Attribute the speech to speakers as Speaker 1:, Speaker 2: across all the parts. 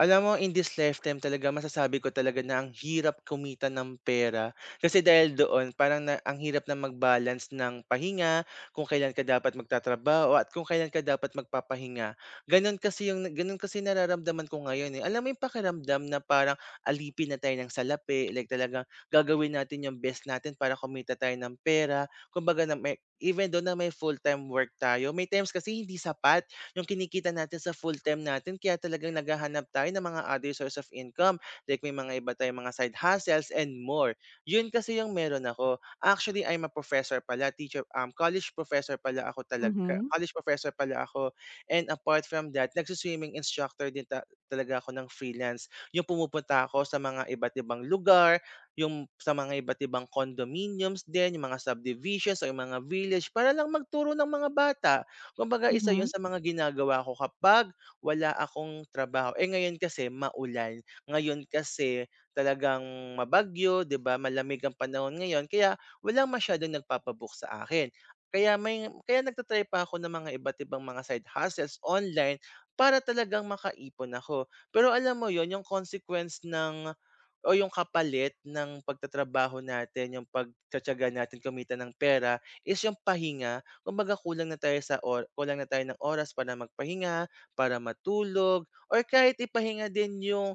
Speaker 1: Alam mo, in this lifetime talaga masasabi ko talaga na ang hirap kumita ng pera. Kasi dahil doon parang na ang hirap na mag-balance ng pahinga, kung kailan ka dapat magtatrabaho at kung kailan ka dapat magpapahinga. Gano'n kasi nararamdaman ko ngayon, eh. Alam mo yung pakiramdam na parang alipin na tayo ng salapi, like talagang gagawin natin yung best natin para kumita tayo ng pera. Kumbaga na may even doon na may full-time work tayo, may times kasi hindi sapat yung kinikita natin sa full-time natin kaya talagang naghahanap tayo ng mga other source of income. Like may mga iba tayong mga side hustles and more. Yun kasi yung meron ako. Actually, I'm a professor pala, teacher, college professor pala ako talaga.
Speaker 2: Mhm.
Speaker 1: College professor pala ako. And apart from that, nagsuswimming instructor din talaga ako ng freelance. Yung pumupunta ako sa mga iba't ibang lugar, yung sa mga iba't ibang condominiums din, yung mga subdivisions o yung mga village para lang magturo ng mga bata. Kumbaga isa 'yun
Speaker 2: Mhm.
Speaker 1: sa mga ginagawa ko kapag wala akong trabaho. Eh, ngayon kasi maulan, ngayon kasi talagang mabagyo, 'di ba, malamig ang panahon ngayon kaya walang masyadong nagpapa-book sa akin. Kaya nagtatry try pa ako ng mga iba't ibang mga side hustles online para talagang makaipon ako. Pero alam mo yon yung consequence ng o yung kapalit ng pagtatrabaho natin, yung pagtitiyaga natin kumita ng pera is yung pahinga. Kumbaga kulang na tayo sa or kulang na tayo ng oras para magpahinga, para matulog, or kahit ipahinga din yung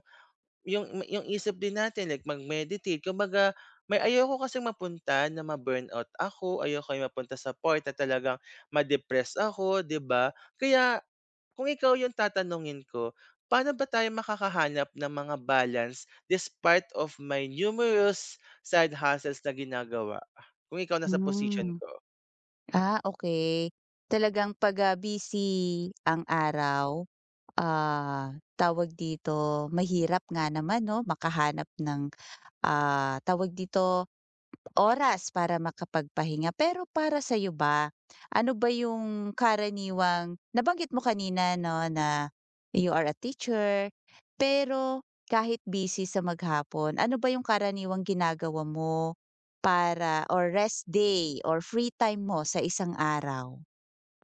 Speaker 1: yung yung isip din natin like mag-meditate. Kumbaga ayoko kasi mapunta na ma-burnout ako, ayoko yung mapunta sa point na talagang ma-depress ako, 'di ba? Kaya kung ikaw yung tatanungin ko, paano ba tayo makakahanap ng mga balance despite of my numerous side hustles na ginagawa? Kung ikaw nasa posisyon
Speaker 2: Hmm.
Speaker 1: ko.
Speaker 2: Ah, okay. Talagang 'pag, busy ang araw, ah, tawag dito, mahirap nga naman 'no makahanap ng, tawag dito, oras para makapagpahinga. Pero para sa'yo ba, ano ba yung karaniwang nabanggit mo kanina 'no, na you are a teacher, pero kahit busy sa maghapon, ano ba yung karaniwang ginagawa mo para or rest day or free time mo sa isang araw?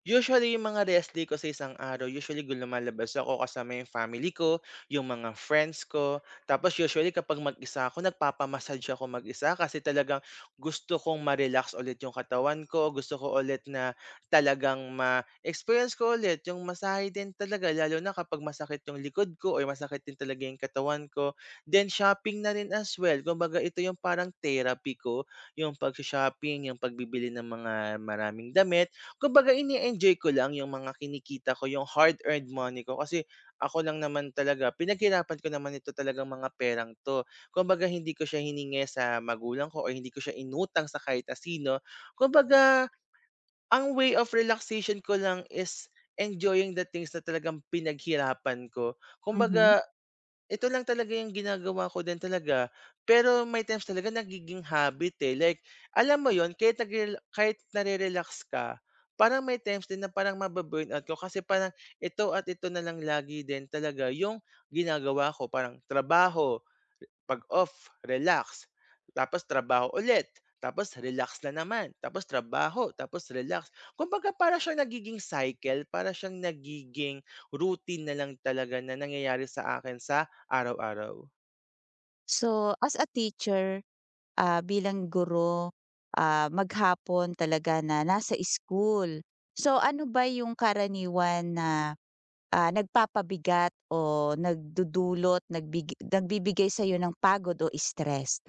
Speaker 1: Usually, yung mga rest day ko sa isang araw, usually lumalabas ako kasama yung family ko, yung mga friends ko. Tapos usually kapag mag-isa ako, nagpapa ako mag-isa kasi talagang gusto kong ma-relax ulit yung katawan ko. Gusto ko ulit na talagang ma-experience ko ulit yung masahe din talaga. Lalo na kapag masakit yung likod ko o masakit din talaga yung katawan ko. Then shopping na rin as well. Kumbaga ito yung parang therapy ko. Yung pag-shopping, yung pagbibili ng mga maraming damit. Kumbaga ini-enjoy ko lang yung mga kinikita ko, yung hard-earned money ko kasi ako lang naman talaga, pinaghirapan ko naman ito talagang mga perang 'to. Kumbaga hindi ko siya hiningi sa magulang ko o hindi ko siya inutang sa kahit na sino. Kumbaga ang way of relaxation ko lang is enjoying the things na talagang pinaghirapan ko.
Speaker 2: Mhm.
Speaker 1: Kumbaga ito lang talaga yung ginagawa ko din talaga, pero may times talaga nagiging habit, eh. Like, alam mo yon kahit nare-relax ka, parang may times din na parang mabu-burnout ko kasi parang ito at ito na lang lagi din talaga yung ginagawa ko. Parang trabaho, 'pag off, relax, tapos trabaho ulit, tapos relax na naman, tapos trabaho, tapos relax. Kumbaga para siyang nagiging cycle, para siyang nagiging routine na lang talaga na nangyayari sa akin sa araw-araw.
Speaker 2: So, as a teacher, bilang guro, maghapon talaga na nasa school. So, ano ba yung karaniwan na nagpapabigat o nagdudulot, nagbibigay sa'yo ng pagod o stress.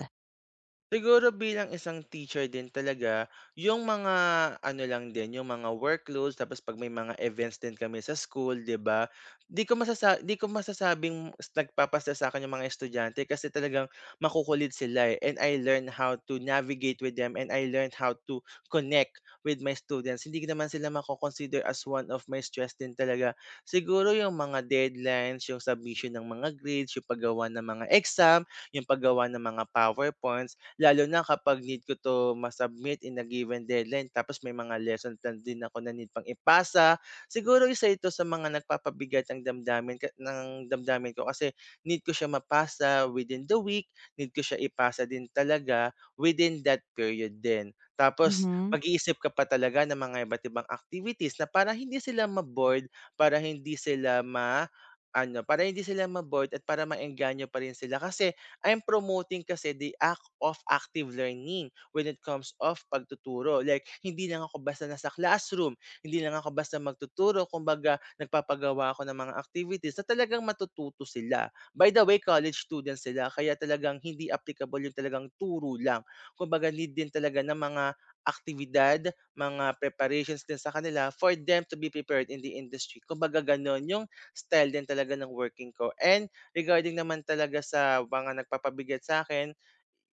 Speaker 1: Siguro bilang isang teacher din talaga, yung mga ano lang din, yung mga workloads tapos 'pag may mga events din kami sa school, 'di ba? 'Di ko masasabing nagpapasya sa'kin yung mga estudyante kasi talagang makukulit sila, eh, and I learn how to navigate with them and I learn how to connect with my students. Hindi naman sila mako-consider as one of my stress din talaga. Siguro yung mga deadlines, yung submission ng mga grades, yung paggawa ng mga exam, yung paggawa ng mga PowerPoints. Lalo na kapag need ko 'to ma-submit in a given deadline tapos may mga lesson plan din ako na need pang ipasa. Siguro isa ito sa mga nagpapabigat ng damdamin ko kasi need ko siya mapasa within the week, need ko siya ipasa din talaga within that period din. Tapos
Speaker 2: Mhm.
Speaker 1: mag-iisip ka pa talaga ng mga iba't ibang activities na para hindi sila ma-bored, para hindi sila ma-bored at para maengganyo pa rin sila kasi I'm promoting kasi the act of active learning when it comes of pagtuturo. Like, hindi lang ako basta nasa classroom, hindi lang ako basta magtuturo, kumbaga nagpapagawa ako ng mga activities na talagang matututo sila. By the way, college students sila, kaya talagang hindi applicable yung talagang turo lang. Kumbaga need din talaga ng mga aktividad, mga preparations din sa kanila for them to be prepared in the industry. Kumbaga ganun yung style din talaga ng working ko. And regarding naman talaga sa mga nagpapabigat sa akin,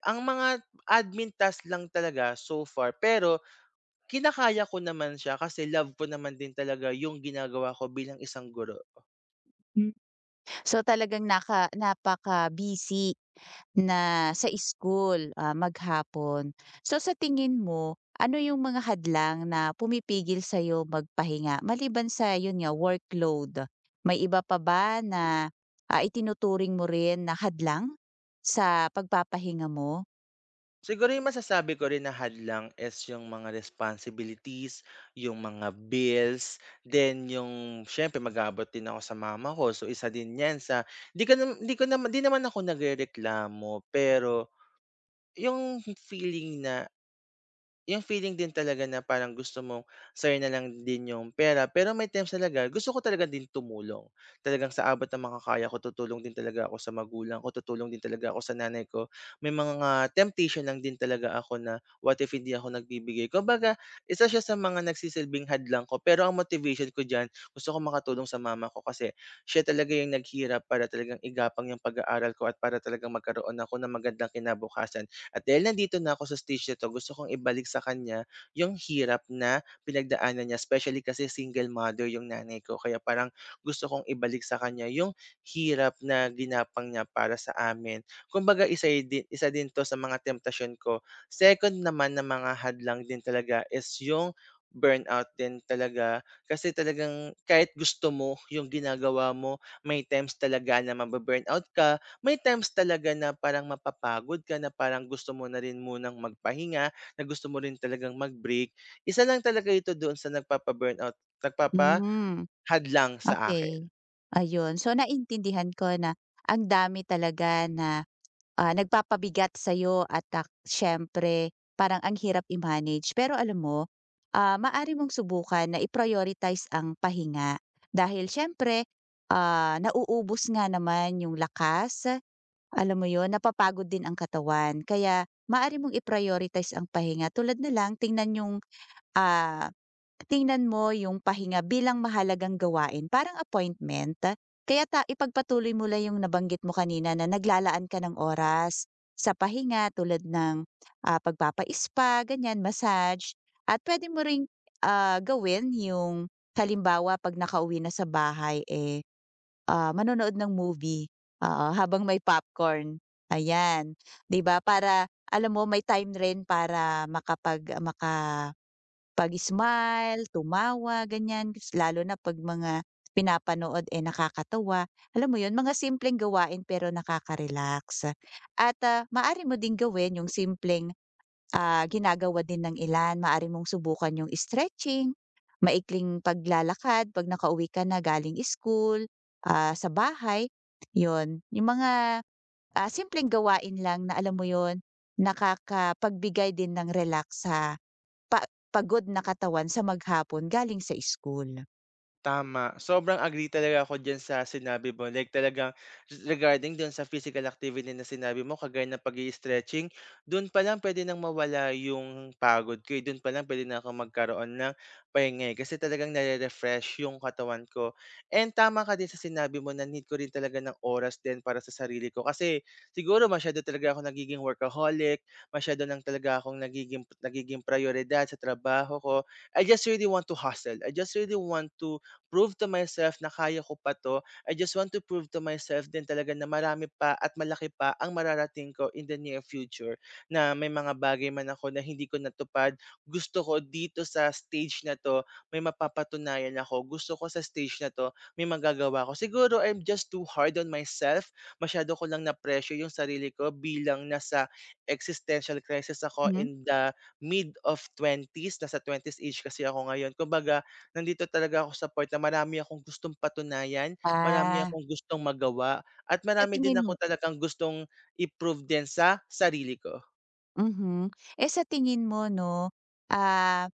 Speaker 1: ang mga admin task lang talaga so far, pero kinakaya ko naman siya kasi love ko naman din talaga yung ginagawa ko bilang isang guro.
Speaker 2: Hmm. So, talagang napaka-busy na sa school, maghapon. So, sa tingin mo, ano yung mga hadlang na pumipigil sa'yo magpahinga maliban sa yun nga workload? May iba pa ba na, itinuturing mo rin na hadlang sa pagpapahinga mo?
Speaker 1: Siguro yung masasabi ko rin na hadlang is yung mga responsibilities, yung mga bills, then yung siyempre mag-aabot din ako sa mama ko, so isa din 'yan sa— 'di ka nam 'di ko naman 'di naman ako nagrereklamo, pero yung feeling na— yung feeling din talaga na parang gusto mong sayang na lang din yung pera, pero may times talaga gusto ko talaga din tumulong. Talagang sa abot ng makakaya ko, tutulong din talaga ako sa magulang ko, tutulong din talaga ako sa nanay ko. May mga temptation lang din talaga ako na what if hindi ako nagbibigay. Kumbaga, isa siya sa mga nagsisilbing hadlang ko, pero ang motivation ko diyan, gusto ko makatulong sa mama ko kasi siya talaga yung naghirap para talagang igapang yung pag-aaral ko at para talagang magkaroon ako ng magandang kinabukasan. At dahil nandito na ako sa stage na 'to, gusto kong ibalik sa kanya yung hirap na pinagdaanan niya, especially kasi single mother yung nanay ko. Kaya parang gusto kong ibalik sa kanya yung hirap na ginapang niya para sa amin. Kumbaga isa din 'to sa mga temptation ko. Second naman na mga hadlang din talaga is yung burnout din talaga. Kasi talagang kahit gusto mo yung ginagawa mo, may times talaga na mabu ka, may times talaga na parang mapapagod ka na parang gusto mo na rin munang magpahinga, na gusto mo rin talagang mag-break. Isa lang talaga ito doon sa nagpapahadlang
Speaker 2: Hmm.
Speaker 1: sa akin.
Speaker 2: Okay, ayun. So, naintindihan ko na ang dami talaga na, nagpapabigat sa'yo at siyempre parang ang hirap i-manage. Pero alam mo, maaari mong subukan na i-prioritize ang pahinga dahil siyempre, nauubos nga naman yung lakas, alam mo yon, napapagod din ang katawan. Kaya maari mong i-prioritize ang pahinga tulad na lang Ah, tingnan mo yung pahinga bilang mahalagang gawain, parang appointment. Kaya ipagpatuloy mo lang yung nabanggit mo kanina na naglalaan ka ng oras sa pahinga tulad ng, pagpapa-spa, ganyan, massage. At pwede mo ring, gawin yung halimbawa 'pag nakauwi na sa bahay, eh, manonood ng movie, habang may popcorn, ayan. 'Di ba, para alam mo may time rin para makapag maka pag-smile, tumawa, ganyan. Lalo na 'pag mga pinapanood, eh, nakakatawa. Alam mo 'yun, mga simpleng gawain pero nakaka-relax. At, maaari mo ding gawin yung simpleng, ginagawa din ng ilan. Maaari mong subukan yung stretching, maikling paglalakad 'pag nakauwi ka na galing school, sa bahay, 'yun. Yung mga, simpleng gawain lang na alam mo 'yun, nakakapagbigay din ng relax sa pa pagod na katawan sa maghapon galing sa school.
Speaker 1: Tama, sobrang agree talaga ako dyan sa sinabi mo, like talagang regarding dun sa physical activity na sinabi mo kagaya ng pag-i-stretching, dun pa lang puwede nang mawala yung pagod ko, eh, dun pa lang puwede na ako magkaroon ng pahinga, eh, kasi talagang nare-refresh yung katawan ko. And tama ka din sa sinabi mo na need ko rin talaga ng oras din para sa sarili ko kasi siguro masyado talaga akong nagiging workaholic, masyado lang talaga akong nagiging nagiging prayoridad sa trabaho ko. I just really want to hustle, I just really want to prove to myself na kaya ko pa 'to. I just want to prove to myself din talaga na marami pa at malaki pa ang mararating ko in the near future, na may mga bagay man ako na hindi ko natupad, gusto ko dito sa stage na 'to may mapapatunayan ako. Gusto ko sa stage na 'to may magagawa ako. Siguro I'm just too hard on myself, masyado ko lang na-pressure yung sarili ko bilang nasa existential crisis ako
Speaker 2: Mhm.
Speaker 1: in the mid of twenties, nasa twenties age kasi ako ngayon. Kumbaga nandito talaga ako sa part na marami akong gustong patunayan, marami
Speaker 2: Ah,
Speaker 1: akong gustong magawa, at
Speaker 2: sa
Speaker 1: marami din
Speaker 2: tingin
Speaker 1: ako
Speaker 2: mo
Speaker 1: talagang gustong i-prove din sa sarili ko.
Speaker 2: mhm. Eh, sa tingin mo 'no, ah,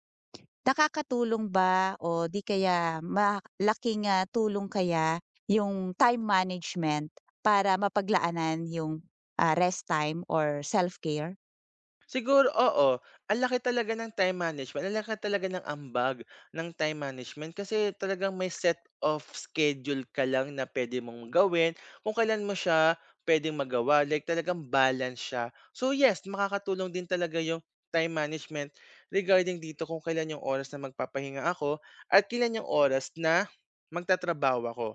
Speaker 2: nakakatulong ba o di kaya malaking, tulong kaya yung time management para mapaglaanan yung, rest time or self-care?
Speaker 1: Siguro oo, ang laki talaga ng time management, ang laki talaga ng ambag ng time management kasi talagang may set of schedule ka lang na pwede mong gawin, kung kailan mo siya puwedeng magawa, like talagang balance siya. So yes, makakatulong din talaga yung time management regarding dito kung kailan yung oras na magpapahinga ako at kailan yung oras na magtatrabaho ako.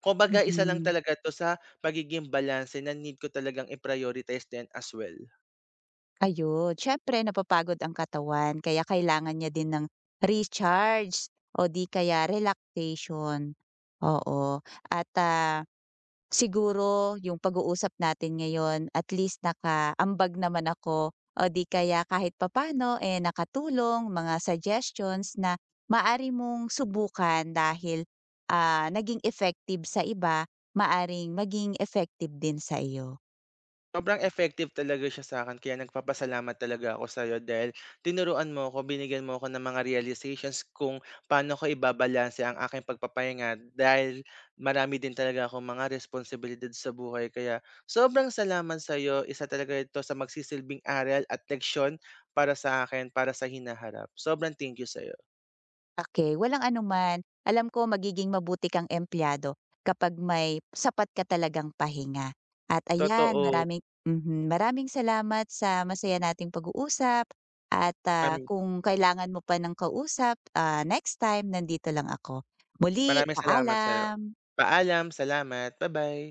Speaker 1: Kumbaga isa lang
Speaker 2: Mhm.
Speaker 1: talaga 'to sa pagiging balanse na need ko talagang i-prioritize din as well.
Speaker 2: Ayun, siyempre napapagod ang katawan kaya kailangan niya din ng recharge o di kaya relaxation. Oo, at, siguro yung pag-uusap natin ngayon at least nakaambag naman ako o di kaya kahit papaano, eh, nakatulong mga suggestions na maaari mong subukan dahil, naging effective sa iba, maaring maging effective din sa iyo.
Speaker 1: Sobrang effective talaga siya sa akin, kaya nagpapasalamat talaga ako sa iyo dahil tinuruan mo ako, binigyan mo ako ng mga realizations kung paano ko ibabalanse ang aking pagpapahinga dahil marami din talaga ako mga responsibilidad sa buhay. Kaya sobrang salamat sa iyo. Isa talaga ito sa magsisilbing aral at leksiyon para sa akin, para sa hinaharap. Sobrang thank you sa iyo.
Speaker 2: Okay, walang anuman. Alam ko magiging mabuti kang empleyado kapag may sapat ka talagang pahinga. At ayan,
Speaker 1: Totoo,
Speaker 2: maraming salamat sa masaya nating pag-uusap at,
Speaker 1: um,
Speaker 2: kung kailangan mo pa ng kausap, next time nandito lang ako. Muli,
Speaker 1: maraming salamat sa iyo.
Speaker 2: paalam.
Speaker 1: Paalam, salamat, bye bye.